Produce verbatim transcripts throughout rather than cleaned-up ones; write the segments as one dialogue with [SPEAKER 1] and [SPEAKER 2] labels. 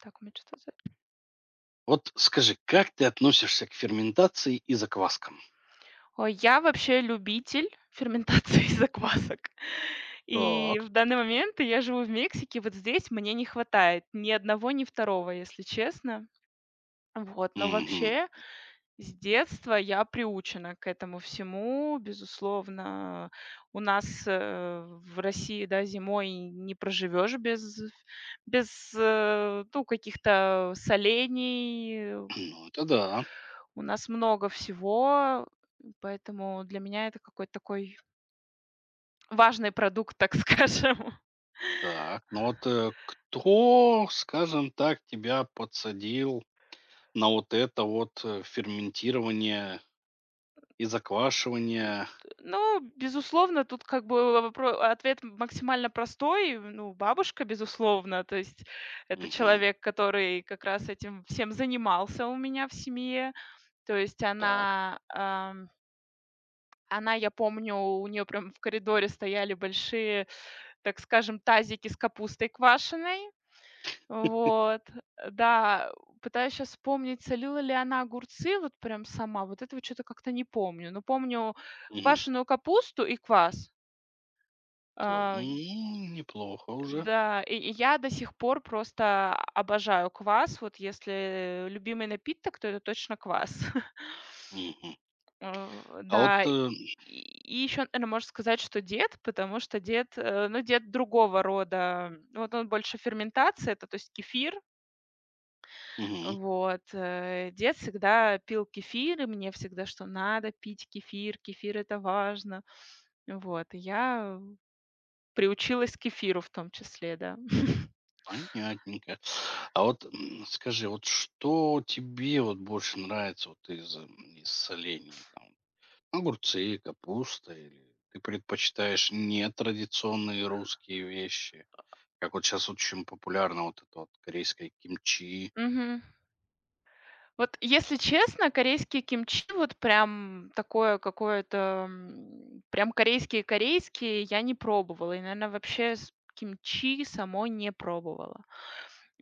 [SPEAKER 1] Так, у меня что-то за...
[SPEAKER 2] Вот скажи, как ты относишься к ферментации и закваскам?
[SPEAKER 1] Ой, я вообще любитель ферментации заквасок. И
[SPEAKER 2] Так.
[SPEAKER 1] в данный момент я живу в Мексике. Вот здесь мне не хватает ни одного, ни второго, если честно. Вот, но
[SPEAKER 2] Мгм.
[SPEAKER 1] вообще с детства я приучена к этому всему. Безусловно, у нас, э, в России, да, зимой не проживешь без без, э, ну, каких-то солений.
[SPEAKER 2] Ну, это да.
[SPEAKER 1] У нас много всего, поэтому для меня это какой-то такой важный продукт, так скажем.
[SPEAKER 2] Так, ну вот э, кто, скажем так, тебя подсадил на вот это вот э, ферментирование и заквашивание?
[SPEAKER 1] Ну, безусловно, тут как бы вопро ответ максимально простой. Ну, бабушка, безусловно, то есть это
[SPEAKER 2] Мгм.
[SPEAKER 1] человек, который как раз этим всем занимался у меня в семье. То есть
[SPEAKER 2] Так.
[SPEAKER 1] она, ам, она, я помню, у нее прям в коридоре стояли большие, так скажем, тазики с капустой квашеной. Вот, да, пытаюсь сейчас вспомнить, солила ли она огурцы вот прям сама. Вот этого что то как-то не помню. Но помню
[SPEAKER 2] Мгм.
[SPEAKER 1] квашеную капусту и квас.
[SPEAKER 2] Та-
[SPEAKER 1] А,
[SPEAKER 2] м, неплохо уже.
[SPEAKER 1] да, и и я до сих пор просто обожаю квас. Вот если любимый напиток, то это точно квас.
[SPEAKER 2] Мгм.
[SPEAKER 1] Э,
[SPEAKER 2] А вот
[SPEAKER 1] да, и
[SPEAKER 2] э,
[SPEAKER 1] еще, наверно, можно сказать, что дед, потому что дед, э, ну, дед другого рода. Вот он больше ферментация, это, то есть кефир.
[SPEAKER 2] Мгм,
[SPEAKER 1] Вот, э, дед всегда пил кефир, и мне всегда, что надо пить кефир, кефир — это важно. Вот, и я приучилась к кефиру в том числе, да.
[SPEAKER 2] понятненько. А вот м, скажи, вот что тебе вот больше нравится вот из, м, из соленья? Огурцы, капуста или ты предпочитаешь нетрадиционные русские вещи? Как вот сейчас очень популярно вот это вот корейское кимчи.
[SPEAKER 1] Мгм. Вот, если честно, корейские кимчи, вот прям такое какое-то, м, прям корейские-корейские я не пробовала. И, наверное, вообще с кимчи само не пробовала.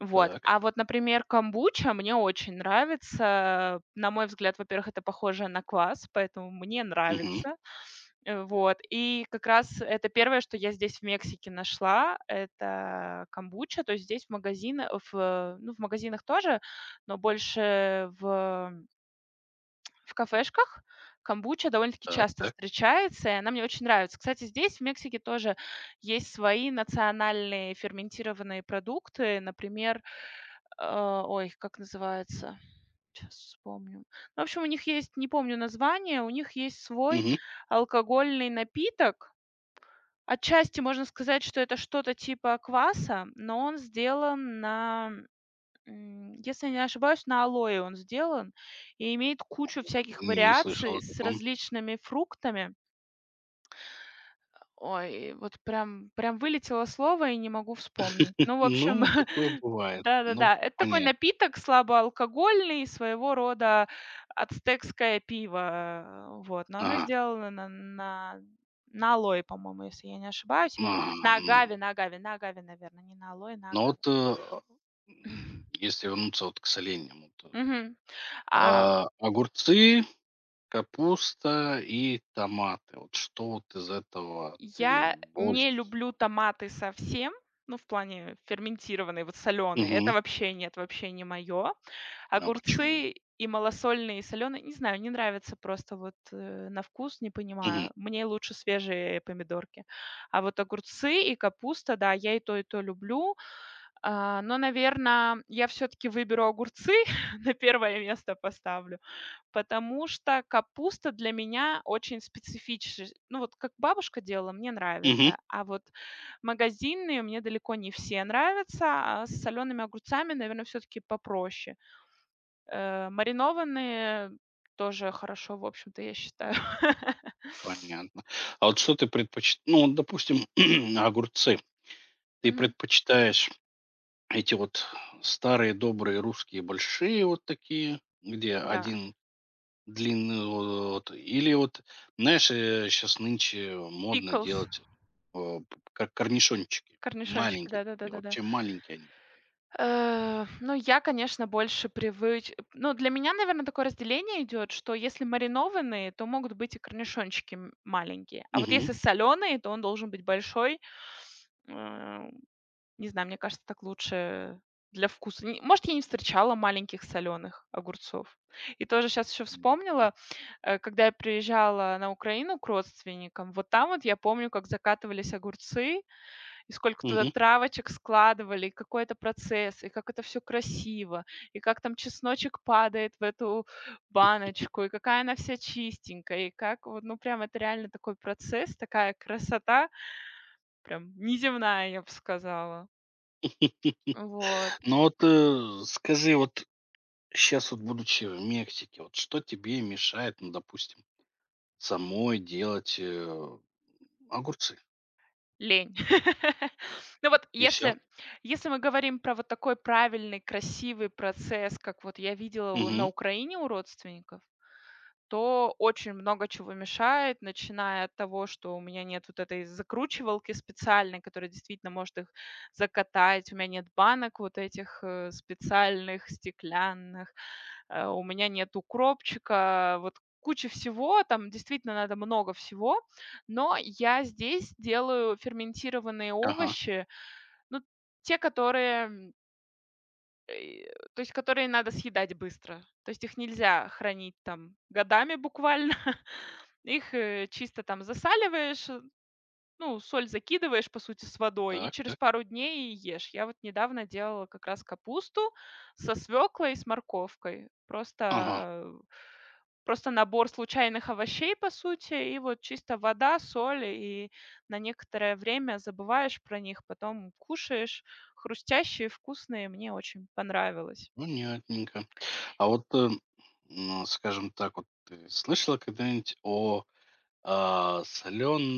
[SPEAKER 1] Вот.
[SPEAKER 2] Так,
[SPEAKER 1] А вот, например, камбуча мне очень нравится. На мой взгляд, во-первых, это похоже на квас, поэтому мне
[SPEAKER 2] мгм,
[SPEAKER 1] нравится. Э, вот. И как раз это первое, что я здесь в Мексике нашла — это камбуча. То есть здесь в магазина в, э, ну, в магазинах тоже, но больше в в кафешках камбуча довольно-таки
[SPEAKER 2] так,
[SPEAKER 1] часто
[SPEAKER 2] так,
[SPEAKER 1] встречается, и она мне очень нравится. Кстати, здесь, в Мексике, тоже есть свои национальные ферментированные продукты. Например, э, ой, как называется? Сейчас вспомню. Ну, в общем, у них есть, не помню название, у них есть свой
[SPEAKER 2] мгм.
[SPEAKER 1] алкогольный напиток. Отчасти можно сказать, что это что-то типа кваса, но он сделан на... М, если я не ошибаюсь, на алоэ он сделан и имеет кучу всяких
[SPEAKER 2] Н- Не слышал
[SPEAKER 1] вариаций
[SPEAKER 2] о
[SPEAKER 1] с
[SPEAKER 2] таком.
[SPEAKER 1] различными фруктами. Ой, вот прям прям вылетело слово и не могу вспомнить. Ну, в
[SPEAKER 2] Ну,
[SPEAKER 1] общем,
[SPEAKER 2] такое бывает. Ну,
[SPEAKER 1] да-да-да, это такой
[SPEAKER 2] понятно.
[SPEAKER 1] напиток слабоалкогольный, своего рода ацтекское пиво, э, вот. Но оно
[SPEAKER 2] Ага,
[SPEAKER 1] сделано на на на алоэ, по-моему, если я не ошибаюсь, или
[SPEAKER 2] ага,
[SPEAKER 1] на
[SPEAKER 2] м.
[SPEAKER 1] агаве на агаве на агаве, наверное, не на алоэ, на
[SPEAKER 2] Но
[SPEAKER 1] агаве.
[SPEAKER 2] вот э, м, если вернуться вот к соленьям, вот, э,
[SPEAKER 1] Мгм. А,
[SPEAKER 2] а, огурцы, капуста и томаты. Вот что вот из этого ты
[SPEAKER 1] я
[SPEAKER 2] больше.
[SPEAKER 1] не люблю томаты совсем, ну, в плане ферментированные, вот соленые.
[SPEAKER 2] Мгм.
[SPEAKER 1] Это вообще нет, вообще не мое.
[SPEAKER 2] Ну, а почему?
[SPEAKER 1] Огурцы и малосольные, и солёные, не знаю, не нравится просто вот, э, на вкус, не
[SPEAKER 2] Мгм.
[SPEAKER 1] понимаю. Мне лучше свежие помидорки. А вот огурцы и капуста, да, я и то, и то люблю. А, но, наверное, я все таки выберу огурцы, на первое место поставлю. Потому что капуста для меня очень специфичес ну, вот как бабушка делала, мне
[SPEAKER 2] Мгм.
[SPEAKER 1] нравится, а вот магазинные мне далеко не все нравятся, а с солеными огурцами, наверное, все таки попроще. Э, маринованные тоже хорошо, в общем-то, я считаю.
[SPEAKER 2] Понятно. А вот что ты предпоч ну, вот, допустим, огурцы. Ты
[SPEAKER 1] Мгм.
[SPEAKER 2] предпочитаешь эти вот старые добрые русские большие вот такие, где
[SPEAKER 1] Да.
[SPEAKER 2] один длинный вот, или вот, знаешь, сейчас нынче модно
[SPEAKER 1] Пиклс,
[SPEAKER 2] делать, э, п корнишончики.
[SPEAKER 1] корнишончики,
[SPEAKER 2] Маленькие такие,
[SPEAKER 1] да-да-да-да-да.
[SPEAKER 2] вообще маленькие они.
[SPEAKER 1] Э, ну, я, конечно, больше привыч ну, для меня, наверное, такое разделение идет, что если маринованные, то могут быть и корнишончики м маленькие, а вот
[SPEAKER 2] Мгм.
[SPEAKER 1] если соленые, то он должен быть большой. Э, Не знаю, мне кажется, так лучше для вкуса. Н Может, я не встречала маленьких соленых огурцов. И тоже сейчас еще
[SPEAKER 2] М, да.
[SPEAKER 1] вспомнила, э, когда я приезжала на Украину к родственникам, вот там вот я помню, как закатывались огурцы. И сколько туда
[SPEAKER 2] Мгм.
[SPEAKER 1] травочек складывали, и какой это процесс, и как это все красиво, и как там чесночек падает в эту баночку, и какая она вся чистенькая, и как вот, ну, прям это реально такой процесс, такая красота, прям неземная, я бы сказала. Вот.
[SPEAKER 2] Ну вот, э, скажи, вот сейчас вот будучи в Мексике, вот что тебе мешает, ну, допустим, самой делать, э, огурцы?
[SPEAKER 1] Лень. Ну вот
[SPEAKER 2] И все?
[SPEAKER 1] если если мы говорим про вот такой правильный, красивый процесс, как вот я видела у на
[SPEAKER 2] Мгм.
[SPEAKER 1] Украине у родственников, то очень много чего мешает, начиная от того, что у меня нет вот этой закручивалки специальной, которая действительно может их закатать, у меня нет банок вот этих э, специальных, стеклянных, э, у меня нет укропчика, вот куча всего, там действительно надо много всего, но я здесь делаю ферментированные
[SPEAKER 2] Ага.
[SPEAKER 1] овощи, ну, те, которые... Э, То есть которые надо съедать быстро. То есть их нельзя хранить там годами буквально. Их, э, чисто там засаливаешь, ну, соль закидываешь, по сути, с водой и
[SPEAKER 2] Так,
[SPEAKER 1] через
[SPEAKER 2] так.
[SPEAKER 1] пару дней ешь. Я вот недавно делала как раз капусту со свеклой и с морковкой.
[SPEAKER 2] Ага.
[SPEAKER 1] Просто, просто набор случайных овощей, по сути, и вот чисто вода, соль, и на некоторое время забываешь про них, потом кушаешь. Хрустящие, вкусные, мне очень понравилось.
[SPEAKER 2] Понятненько. А вот, э, ну, скажем так, вот ты слышала когда-нибудь о соленом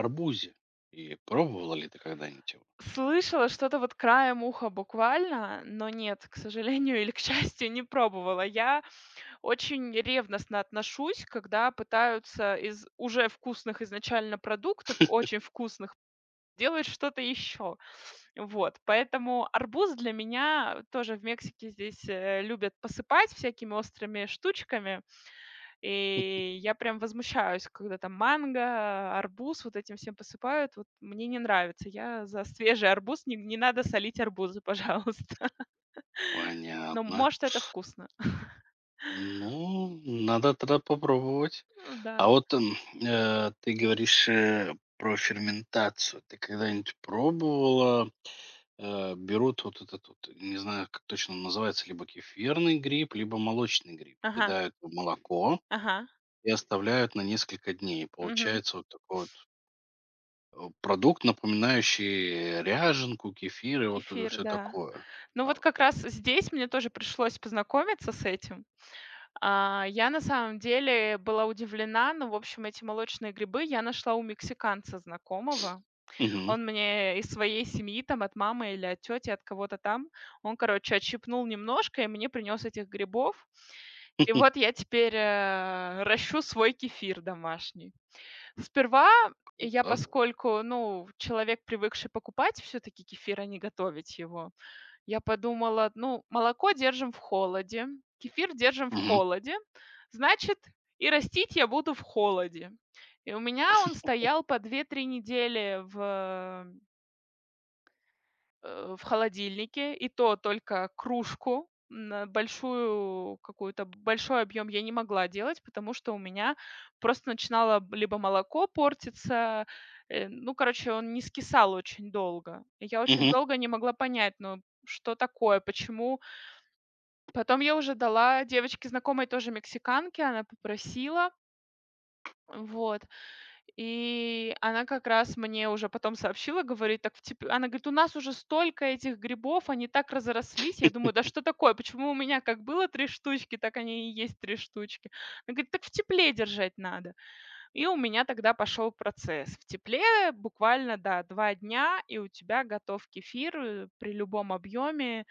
[SPEAKER 2] арбузе? И пробовала ли ты когда-нибудь его?
[SPEAKER 1] Слышала что-то вот краем уха буквально, но нет, к сожалению или к счастью, не пробовала. Я очень ревностно отношусь, когда пытаются из уже вкусных изначально продуктов, очень вкусных, делать что-то еще. Вот, поэтому арбуз для меня тоже в Мексике здесь, э, любят посыпать всякими острыми штучками, и я прям возмущаюсь, когда там манго, арбуз вот этим всем посыпают. Вот мне не нравится. Я за свежий арбуз. Не не надо солить арбузы, пожалуйста. Но,
[SPEAKER 2] Понятно.
[SPEAKER 1] может, это вкусно.
[SPEAKER 2] Ну, надо тогда попробовать.
[SPEAKER 1] Ну да.
[SPEAKER 2] А вот, м, э, ты говоришь, э, про ферментацию. Ты когда-нибудь пробовала, э, берут вот этот вот, не знаю, как точно он называется, либо кефирный гриб, либо молочный гриб,
[SPEAKER 1] Ага,
[SPEAKER 2] кидают в молоко
[SPEAKER 1] ага.
[SPEAKER 2] и оставляют на несколько дней.
[SPEAKER 1] Мгм.
[SPEAKER 2] Получается вот такой вот, э, продукт, напоминающий ряженку, кефир и вот
[SPEAKER 1] Кефир,
[SPEAKER 2] все
[SPEAKER 1] да.
[SPEAKER 2] такое.
[SPEAKER 1] Ну,
[SPEAKER 2] Да
[SPEAKER 1] вот
[SPEAKER 2] вот.
[SPEAKER 1] как раз здесь мне тоже пришлось познакомиться с этим. А, я на самом деле была удивлена, но, в общем, эти молочные грибы я нашла у мексиканца знакомого.
[SPEAKER 2] Мгм.
[SPEAKER 1] Он мне из своей семьи, там, от мамы или от тети, от кого-то там, он, короче, отщипнул немножко и мне принес этих грибов. И вот я теперь, э, ращу свой кефир домашний. Сперва я,
[SPEAKER 2] Круто.
[SPEAKER 1] поскольку, ну, человек, привыкший покупать все-таки кефир, а не готовить его, я подумала: «Ну, молоко держим в холоде, кефир держим в
[SPEAKER 2] Мгм.
[SPEAKER 1] холоде, значит, и растить я буду в холоде». И у меня он стоял по две-три недели в, э, в холодильнике, и то только кружку, на большую какую-то, большой объем я не могла делать, потому что у меня просто начинало б либо молоко портиться, э, ну, короче, он не скисал очень долго. И я очень
[SPEAKER 2] Мгм.
[SPEAKER 1] долго не могла понять, ну, что такое, почему... Потом я уже дала девочке знакомой, тоже мексиканке, она попросила, вот. И она как раз мне уже потом сообщила, говорит, так в теп она говорит: «У нас уже столько этих грибов, они так разрослись». Я думаю: «Да что такое? Почему у меня как было три штучки, так они и есть три штучки». Она говорит: «Так в тепле держать надо». И у меня тогда пошел процесс. В тепле буквально, да, два дня, и у тебя готов кефир, э, при любом объеме.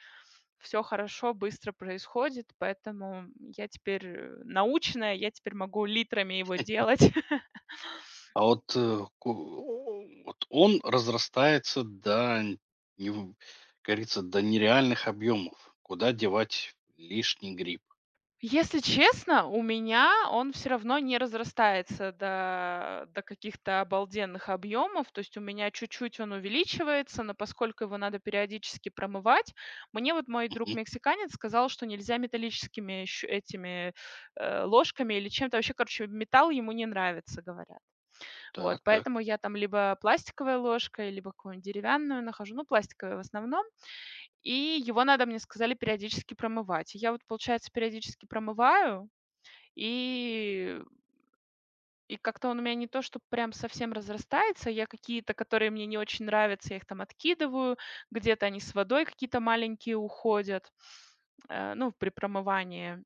[SPEAKER 1] Все хорошо, быстро происходит, поэтому я теперь, э, научная, я теперь могу литрами его делать.
[SPEAKER 2] А вот, э, ку э, вот он разрастается до нев как говорится, до нереальных объемов. Куда девать лишний гриб?
[SPEAKER 1] Если честно, у меня он все равно не разрастается до до каких-то обалденных объемов. То есть у меня чуть-чуть он увеличивается, но поскольку его надо периодически промывать, мне вот мой
[SPEAKER 2] Мгм.
[SPEAKER 1] друг-мексиканец сказал, что нельзя металлическими щу этими, э, ложками или чем-то. Вообще, короче, металл ему не нравится, говорят. Вот,
[SPEAKER 2] Так, так.
[SPEAKER 1] поэтому я там либо пластиковой ложкой, либо какую-нибудь деревянную нахожу, ну, пластиковую в основном. И его надо, мне сказали, периодически промывать. И я вот, получается, периодически промываю, и и как-то он у меня не то, что прям совсем разрастается. Я какие-то, которые мне не очень нравятся, я их там откидываю. Где-то они с водой какие-то маленькие уходят, э, ну, при промывании.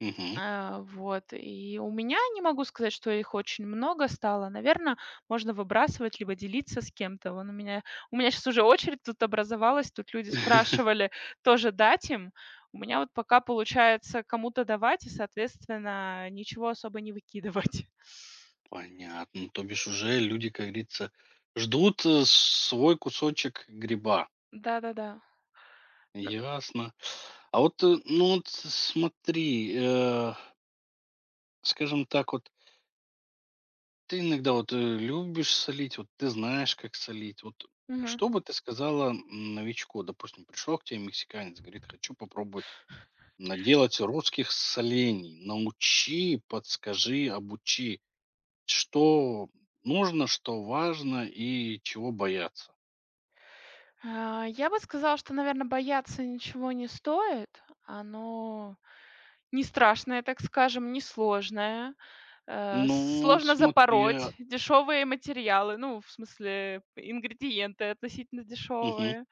[SPEAKER 2] Мгм.
[SPEAKER 1] А, вот, и у меня, не могу сказать, что их очень много стало. Наверное, можно выбрасывать либо делиться с кем-то. Вон у меня у меня сейчас уже очередь тут образовалась, тут люди спрашивали тоже дать им. У меня вот пока получается кому-то давать и, соответственно, ничего особо не выкидывать.
[SPEAKER 2] Понятно. То бишь уже люди, как говорится, ждут, э, свой кусочек гриба.
[SPEAKER 1] Да-да-да.
[SPEAKER 2] Ясно. А вот, э, ну вот с смотри, э, скажем так вот. Ты иногда вот э, любишь солить, вот ты знаешь, как солить. Вот
[SPEAKER 1] Ну, мгм.
[SPEAKER 2] что бы ты сказала м, новичку? Допустим, пришел к тебе мексиканец, говорит, хочу попробовать наделать русских солений. Научи, подскажи, обучи, что нужно, что важно и чего бояться.
[SPEAKER 1] А, я бы сказала, что, наверное, бояться ничего не стоит. Оно... не страшное, так скажем, не сложное. Э,
[SPEAKER 2] Ну, вот
[SPEAKER 1] сложно
[SPEAKER 2] смотря.
[SPEAKER 1] запороть. Дешевые материалы, ну, в смысле, ингредиенты относительно
[SPEAKER 2] Мгм.
[SPEAKER 1] дешевые.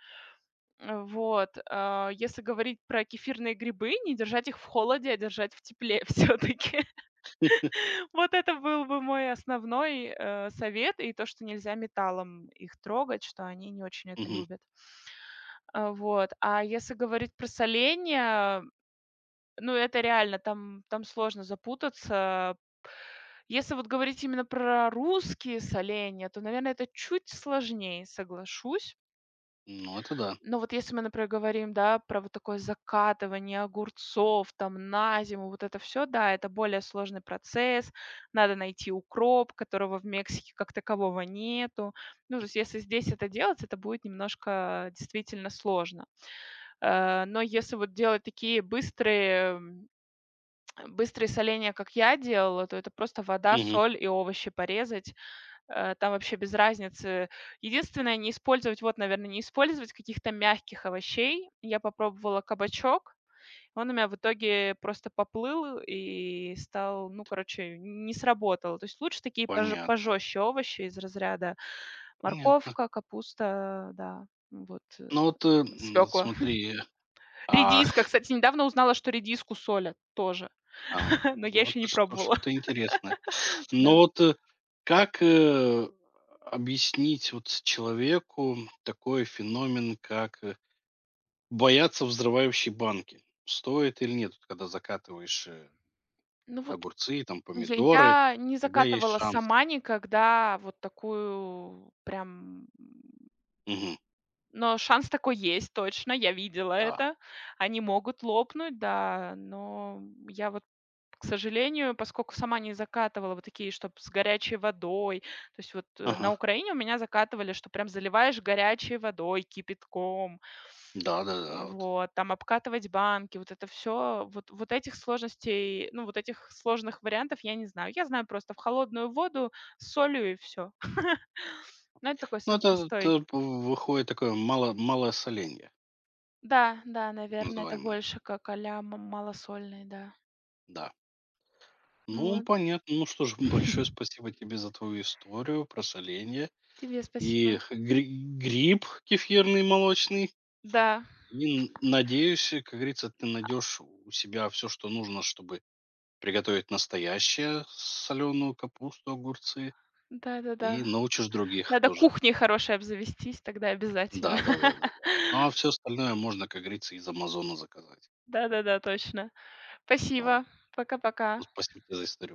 [SPEAKER 1] Э, вот. А, если говорить про кефирные грибы, не держать их в холоде, а держать в тепле, все таки. Вот это был бы мой основной, э, совет. И то, что нельзя металлом их трогать, что они не очень это
[SPEAKER 2] Мгм.
[SPEAKER 1] любят. А, вот. А если говорить про соление, ну, это реально, там там сложно запутаться. Если вот говорить именно про русские соленья, то, наверное, это чуть сложнее, соглашусь.
[SPEAKER 2] Ну, это да.
[SPEAKER 1] Но вот если мы, например, говорим, да, про вот такое закатывание огурцов там на зиму, вот это все, да, это более сложный процесс. Надо найти укроп, которого в Мексике как такового нету. Ну, то есть если здесь это делать, это будет немножко, а, действительно, сложно. Э, но если вот делать такие быстрые... Э, быстрые соленья, как я делала, то это просто вода,
[SPEAKER 2] Мгм.
[SPEAKER 1] соль и овощи порезать. Э, там вообще без разницы. Единственное, не использовать, вот, наверное, не использовать каких-то мягких овощей. Я попробовала кабачок, он у меня в итоге просто поплыл и стал, ну, короче, не сработал. То есть лучше такие пож
[SPEAKER 2] Понятно,
[SPEAKER 1] пожестче овощи из разряда:
[SPEAKER 2] понятно.
[SPEAKER 1] морковка, капуста, да, ну вот, э,
[SPEAKER 2] Ну вот э, м, вот
[SPEAKER 1] свекла.
[SPEAKER 2] смотри, а
[SPEAKER 1] Редиска, кстати, недавно узнала, что редиску солят тоже,
[SPEAKER 2] А,
[SPEAKER 1] но я
[SPEAKER 2] ну,
[SPEAKER 1] еще не
[SPEAKER 2] это что
[SPEAKER 1] пробовала.
[SPEAKER 2] что-то интересное.
[SPEAKER 1] Да.
[SPEAKER 2] Но вот, э, как, э, объяснить вот человеку такой феномен, как, э, бояться взрывающей банки? Стоит или нет, вот когда закатываешь, э,
[SPEAKER 1] Ну вот...
[SPEAKER 2] огурцы, там,
[SPEAKER 1] Я
[SPEAKER 2] помидоры,
[SPEAKER 1] я не
[SPEAKER 2] всегда есть
[SPEAKER 1] закатывала
[SPEAKER 2] шанс.
[SPEAKER 1] сама никогда вот такую прям,
[SPEAKER 2] Мгм.
[SPEAKER 1] но шанс такой есть точно, я видела
[SPEAKER 2] Да.
[SPEAKER 1] это. Они могут лопнуть, да, но я вот, к сожалению, поскольку сама не закатывала вот такие, чтобы с горячей водой. То есть вот, э, на
[SPEAKER 2] Ага.
[SPEAKER 1] Украине у меня закатывали, что прям заливаешь горячей водой, кипятком.
[SPEAKER 2] Да-да-да,
[SPEAKER 1] М,
[SPEAKER 2] вот.
[SPEAKER 1] вот, там обкатывать банки, вот это все. Вот вот этих сложностей, ну, вот этих сложных вариантов я не знаю. Я знаю просто в холодную воду с солью, и все. Но это такой
[SPEAKER 2] Ну,
[SPEAKER 1] самый
[SPEAKER 2] это это
[SPEAKER 1] простой...
[SPEAKER 2] п выходит такое мало малое соленье,
[SPEAKER 1] Да, да,
[SPEAKER 2] так
[SPEAKER 1] наверное, это
[SPEAKER 2] называемое.
[SPEAKER 1] больше как а-ля м малосольный, да.
[SPEAKER 2] Да. Ну,
[SPEAKER 1] Вот.
[SPEAKER 2] понятно. Ну что ж, большое спасибо тебе за твою историю про соленье.
[SPEAKER 1] Тебе
[SPEAKER 2] И
[SPEAKER 1] спасибо.
[SPEAKER 2] гри гриб кефирный молочный.
[SPEAKER 1] Да,
[SPEAKER 2] И н надеюсь, э, как говорится, ты найдешь у себя все, что нужно, чтобы приготовить настоящее, соленую капусту, огурцы, и
[SPEAKER 1] да-да-да.
[SPEAKER 2] научишь других
[SPEAKER 1] Надо
[SPEAKER 2] тоже.
[SPEAKER 1] кухней хорошей обзавестись, тогда обязательно.
[SPEAKER 2] Да, да-да-да-да. Ну, а все остальное можно, как говорится, из «Амазона» заказать.
[SPEAKER 1] Да-да-да, точно.
[SPEAKER 2] Вот.
[SPEAKER 1] Спасибо.
[SPEAKER 2] Ну,
[SPEAKER 1] Пока-пока.
[SPEAKER 2] спасибо тебе за историю.